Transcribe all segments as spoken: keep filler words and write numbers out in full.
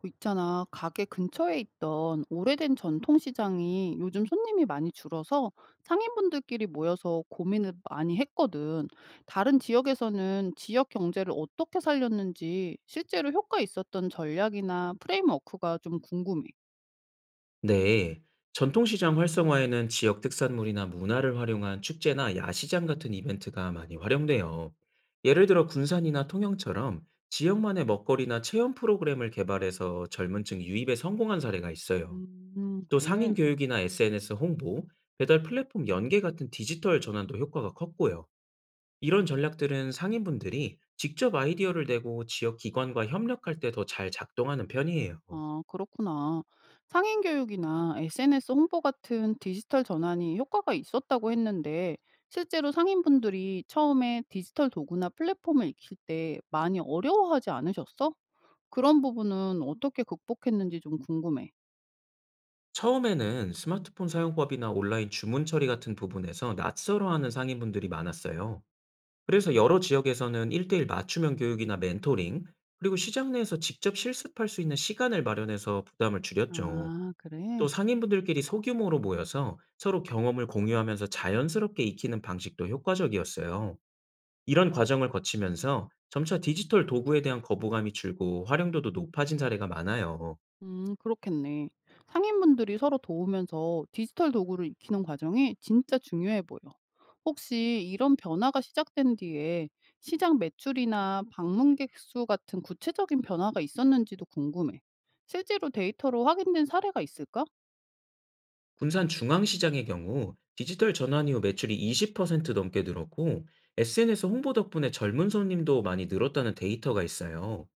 뭐 있잖아, 가게 근처에 있던 오래된 전통시장이 요즘 손님이 많이 줄어서 상인분들끼리 모여서 고민을 많이 했거든. 다른 지역에서는 지역 경제를 어떻게 살렸는지 실제로 효과 있었던 전략이나 프레임워크가 좀 궁금해. 네, 전통시장 활성화에는 지역 특산물이나 문화를 활용한 축제나 야시장 같은 이벤트가 많이 활용돼요. 예를 들어 군산이나 통영처럼 지역만의 먹거리나 체험 프로그램을 개발해서 젊은 층 유입에 성공한 사례가 있어요. 음, 또 그래. 상인 교육이나 에스엔에스 홍보, 배달 플랫폼 연계 같은 디지털 전환도 효과가 컸고요. 이런 전략들은 상인분들이 직접 아이디어를 내고 지역 기관과 협력할 때 더 잘 작동하는 편이에요. 아, 그렇구나. 상인 교육이나 에스엔에스 홍보 같은 디지털 전환이 효과가 있었다고 했는데, 실제로 상인분들이 처음에 디지털 도구나 플랫폼을 익힐 때 많이 어려워하지 않으셨어? 그런 부분은 어떻게 극복했는지 좀 궁금해. 처음에는 스마트폰 사용법이나 온라인 주문 처리 같은 부분에서 낯설어하는 상인분들이 많았어요. 그래서 여러 지역에서는 일 대일 맞춤형 교육이나 멘토링, 그리고 시장 내에서 직접 실습할 수 있는 시간을 마련해서 부담을 줄였죠. 아, 또 그래? 상인분들끼리 소규모로 모여서 서로 경험을 공유하면서 자연스럽게 익히는 방식도 효과적이었어요. 이런 과정을 거치면서 점차 디지털 도구에 대한 거부감이 줄고 활용도도 높아진 사례가 많아요. 음 그렇겠네. 상인분들이 서로 도우면서 디지털 도구를 익히는 과정이 진짜 중요해 보여. 혹시 이런 변화가 시작된 뒤에 시장 매출이나 방문객 수 같은 구체적인 변화가 있었는지도 궁금해. 실제로 데이터로 확인된 사례가 있을까? 군산 중앙시장의 경우 디지털 전환 이후 매출이 이십 퍼센트 넘게 늘었고, 에스엔에스 홍보 덕분에 젊은 손님도 많이 늘었다는 데이터가 있어요.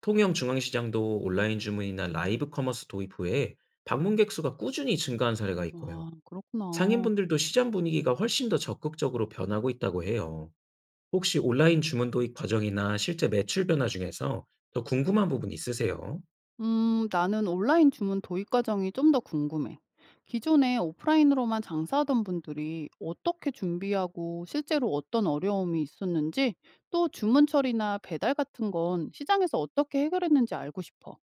통영 중앙시장도 온라인 주문이나 라이브 커머스 도입 후에 방문객 수가 꾸준히 증가한 사례가 있고요. 아, 그렇구나. 상인분들도 시장 분위기가 훨씬 더 적극적으로 변하고 있다고 해요. 혹시 온라인 주문 도입 과정이나 실제 매출 변화 중에서 더 궁금한 부분 있으세요? 음, 나는 온라인 주문 도입 과정이 좀 더 궁금해. 기존에 오프라인으로만 장사하던 분들이 어떻게 준비하고 실제로 어떤 어려움이 있었는지, 또 주문 처리나 배달 같은 건 시장에서 어떻게 해결했는지 알고 싶어.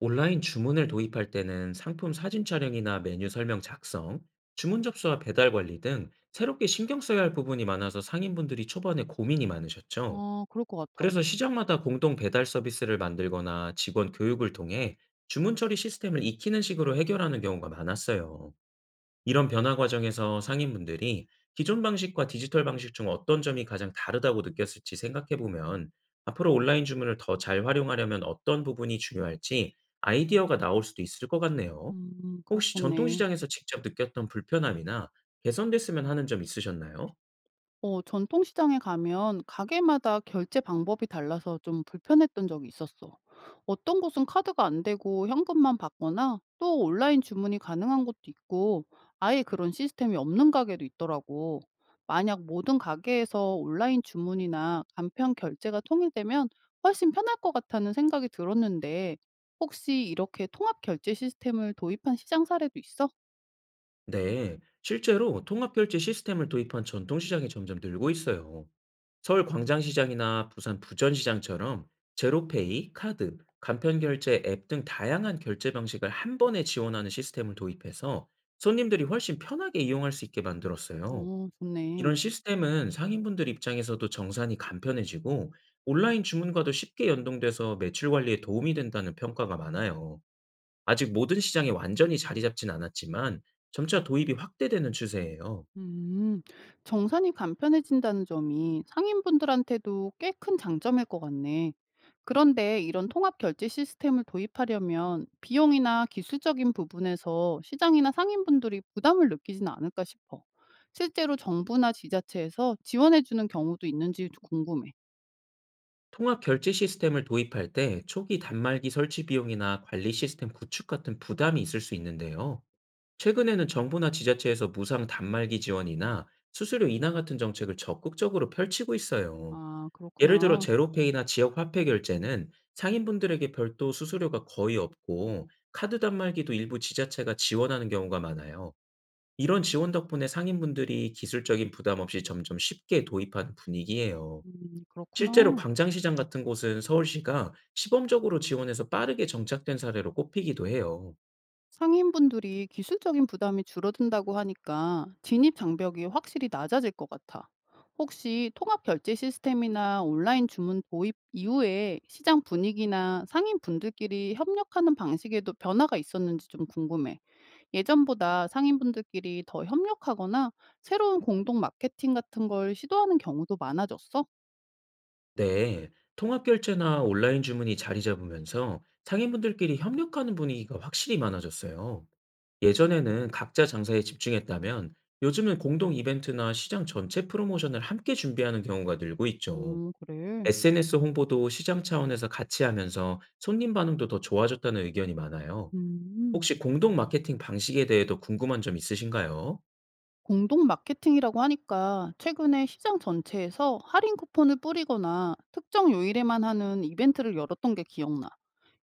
온라인 주문을 도입할 때는 상품 사진 촬영이나 메뉴 설명 작성, 주문 접수와 배달 관리 등 새롭게 신경 써야 할 부분이 많아서 상인분들이 초반에 고민이 많으셨죠. 아, 그럴 것 같아. 그래서 시장마다 공동 배달 서비스를 만들거나 직원 교육을 통해 주문 처리 시스템을 익히는 식으로 해결하는 경우가 많았어요. 이런 변화 과정에서 상인분들이 기존 방식과 디지털 방식 중 어떤 점이 가장 다르다고 느꼈을지 생각해 보면, 앞으로 온라인 주문을 더 잘 활용하려면 어떤 부분이 중요할지 아이디어가 나올 수도 있을 것 같네요. 음, 혹시 그렇겠네. 전통시장에서 직접 느꼈던 불편함이나 개선됐으면 하는 점 있으셨나요? 어, 전통시장에 가면 가게마다 결제 방법이 달라서 좀 불편했던 적이 있었어. 어떤 곳은 카드가 안 되고 현금만 받거나 또 온라인 주문이 가능한 곳도 있고 아예 그런 시스템이 없는 가게도 있더라고. 만약 모든 가게에서 온라인 주문이나 간편 결제가 통일되면 훨씬 편할 것 같다는 생각이 들었는데 혹시 이렇게 통합 결제 시스템을 도입한 시장 사례도 있어? 네, 실제로 통합결제 시스템을 도입한 전통시장이 점점 늘고 있어요. 서울 광장시장이나 부산 부전시장처럼 제로페이, 카드, 간편결제 앱 등 다양한 결제 방식을 한 번에 지원하는 시스템을 도입해서 손님들이 훨씬 편하게 이용할 수 있게 만들었어요. 어, 좋네. 이런 시스템은 상인분들 입장에서도 정산이 간편해지고 온라인 주문과도 쉽게 연동돼서 매출 관리에 도움이 된다는 평가가 많아요. 아직 모든 시장에 완전히 자리 잡진 않았지만 점차 도입이 확대되는 추세예요. 음, 정산이 간편해진다는 점이 상인분들한테도 꽤 큰 장점일 것 같네. 그런데 이런 통합 결제 시스템을 도입하려면 비용이나 기술적인 부분에서 시장이나 상인분들이 부담을 느끼지는 않을까 싶어. 실제로 정부나 지자체에서 지원해주는 경우도 있는지 궁금해. 통합 결제 시스템을 도입할 때 초기 단말기 설치 비용이나 관리 시스템 구축 같은 부담이 있을 수 있는데요. 최근에는 정부나 지자체에서 무상 단말기 지원이나 수수료 인하 같은 정책을 적극적으로 펼치고 있어요. 아, 예를 들어 그렇구나. 제로페이나 지역 화폐 결제는 상인분들에게 별도 수수료가 거의 없고, 카드 단말기도 일부 지자체가 지원하는 경우가 많아요. 이런 지원 덕분에 상인분들이 기술적인 부담 없이 점점 쉽게 도입하는 분위기예요. 음, 실제로 그렇구나. 광장시장 같은 곳은 서울시가 시범적으로 지원해서 빠르게 정착된 사례로 꼽히기도 해요. 상인분들이 기술적인 부담이 줄어든다고 하니까 진입 장벽이 확실히 낮아질 것 같아. 혹시 통합 결제 시스템이나 온라인 주문 도입 이후에 시장 분위기나 상인분들끼리 협력하는 방식에도 변화가 있었는지 좀 궁금해. 예전보다 상인분들끼리 더 협력하거나 새로운 공동 마케팅 같은 걸 시도하는 경우도 많아졌어? 네, 통합결제나 온라인 주문이 자리 잡으면서 상인분들끼리 협력하는 분위기가 확실히 많아졌어요. 예전에는 각자 장사에 집중했다면, 요즘은 공동 이벤트나 시장 전체 프로모션을 함께 준비하는 경우가 늘고 있죠. 음, 그래. 에스엔에스 홍보도 시장 차원에서 같이 하면서 손님 반응도 더 좋아졌다는 의견이 많아요. 음. 혹시 공동 마케팅 방식에 대해 더 궁금한 점 있으신가요? 공동 마케팅이라고 하니까 최근에 시장 전체에서 할인 쿠폰을 뿌리거나 특정 요일에만 하는 이벤트를 열었던 게 기억나.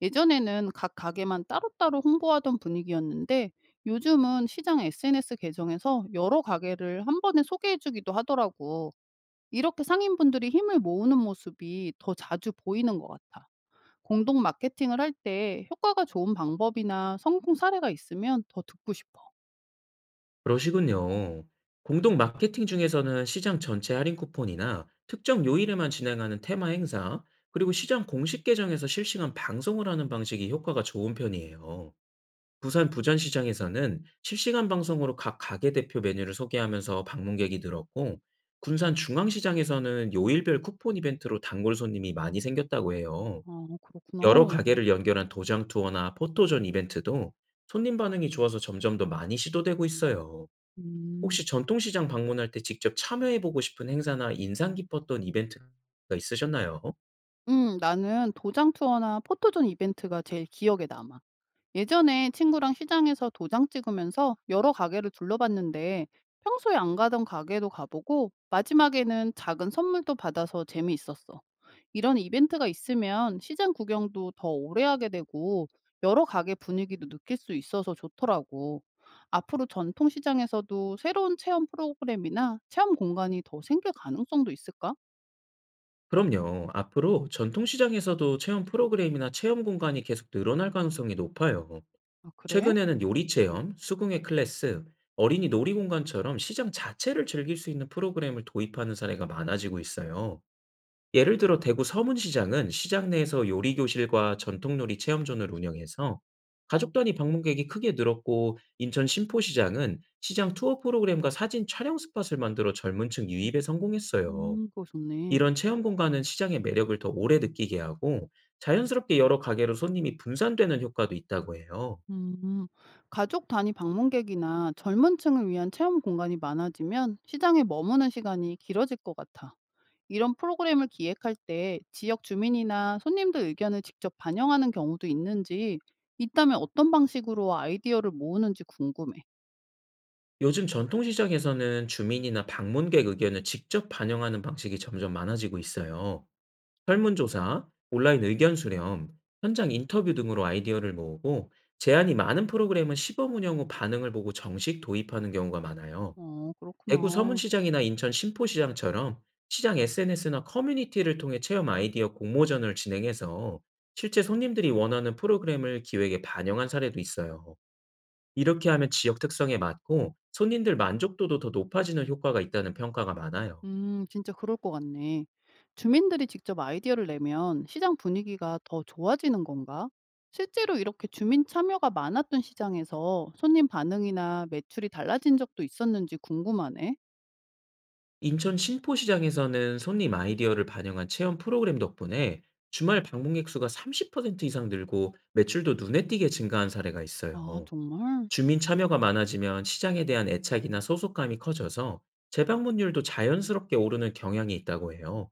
예전에는 각 가게만 따로따로 홍보하던 분위기였는데 요즘은 시장 에스엔에스 계정에서 여러 가게를 한 번에 소개해주기도 하더라고. 이렇게 상인분들이 힘을 모으는 모습이 더 자주 보이는 것 같아. 공동 마케팅을 할 때 효과가 좋은 방법이나 성공 사례가 있으면 더 듣고 싶어. 그러시군요. 공동 마케팅 중에서는 시장 전체 할인 쿠폰이나 특정 요일에만 진행하는 테마 행사, 그리고 시장 공식 계정에서 실시간 방송을 하는 방식이 효과가 좋은 편이에요. 부산 부전시장에서는 실시간 방송으로 각 가게 대표 메뉴를 소개하면서 방문객이 늘었고, 군산 중앙시장에서는 요일별 쿠폰 이벤트로 단골 손님이 많이 생겼다고 해요. 아, 여러 그렇구나. 가게를 연결한 도장 투어나 포토존 이벤트도 손님 반응이 좋아서 점점 더 많이 시도되고 있어요. 음. 혹시 전통시장 방문할 때 직접 참여해 보고 싶은 행사나 인상 깊었던 이벤트가 있으셨나요? 음, 나는 도장 투어나 포토존 이벤트가 제일 기억에 남아. 예전에 친구랑 시장에서 도장 찍으면서 여러 가게를 둘러봤는데 평소에 안 가던 가게도 가보고 마지막에는 작은 선물도 받아서 재미있었어. 이런 이벤트가 있으면 시장 구경도 더 오래 하게 되고 여러 가게 분위기도 느낄 수 있어서 좋더라고. 앞으로 전통시장에서도 새로운 체험 프로그램이나 체험 공간이 더 생길 가능성도 있을까? 그럼요. 앞으로 전통시장에서도 체험 프로그램이나 체험 공간이 계속 늘어날 가능성이 높아요. 아, 그래? 최근에는 요리 체험, 수궁의 클래스, 어린이 놀이공간처럼 시장 자체를 즐길 수 있는 프로그램을 도입하는 사례가 많아지고 있어요. 예를 들어 대구 서문시장은 시장 내에서 요리 교실과 전통놀이 체험존을 운영해서 가족 단위 방문객이 크게 늘었고, 인천 신포시장은 시장 투어 프로그램과 사진 촬영 스팟을 만들어 젊은 층 유입에 성공했어요. 음, 그거 좋네. 이런 체험 공간은 시장의 매력을 더 오래 느끼게 하고, 자연스럽게 여러 가게로 손님이 분산되는 효과도 있다고 해요. 음, 가족 단위 방문객이나 젊은 층을 위한 체험 공간이 많아지면 시장에 머무는 시간이 길어질 것 같아. 이런 프로그램을 기획할 때 지역 주민이나 손님들 의견을 직접 반영하는 경우도 있는지, 있다면 어떤 방식으로 아이디어를 모으는지 궁금해. 요즘 전통시장에서는 주민이나 방문객 의견을 직접 반영하는 방식이 점점 많아지고 있어요. 설문조사, 온라인 의견 수렴, 현장 인터뷰 등으로 아이디어를 모으고, 제안이 많은 프로그램은 시범 운영 후 반응을 보고 정식 도입하는 경우가 많아요. 어, 대구 그렇구나. 서문시장이나 인천 신포시장처럼 시장 에스엔에스나 커뮤니티를 통해 체험 아이디어 공모전을 진행해서 실제 손님들이 원하는 프로그램을 기획에 반영한 사례도 있어요. 이렇게 하면 지역 특성에 맞고 손님들 만족도도 더 높아지는 효과가 있다는 평가가 많아요. 음, 진짜 그럴 것 같네. 주민들이 직접 아이디어를 내면 시장 분위기가 더 좋아지는 건가? 실제로 이렇게 주민 참여가 많았던 시장에서 손님 반응이나 매출이 달라진 적도 있었는지 궁금하네. 인천 신포시장에서는 손님 아이디어를 반영한 체험 프로그램 덕분에 주말 방문객 수가 삼십 퍼센트 이상 늘고 매출도 눈에 띄게 증가한 사례가 아, 있어요. 정말? 주민 참여가 많아지면 시장에 대한 애착이나 소속감이 커져서 재방문율도 자연스럽게 오르는 경향이 있다고 해요.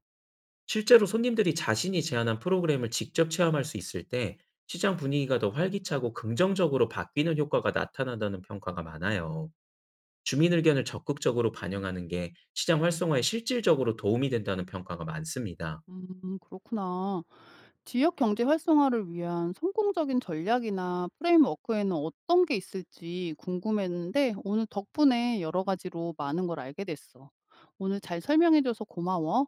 실제로 손님들이 자신이 제안한 프로그램을 직접 체험할 수 있을 때 시장 분위기가 더 활기차고 긍정적으로 바뀌는 효과가 나타난다는 평가가 많아요. 주민 의견을 적극적으로 반영하는 게 시장 활성화에 실질적으로 도움이 된다는 평가가 많습니다. 음, 그렇구나. 지역 경제 활성화를 위한 성공적인 전략이나 프레임워크에는 어떤 게 있을지 궁금했는데 오늘 덕분에 여러 가지로 많은 걸 알게 됐어. 오늘 잘 설명해줘서 고마워.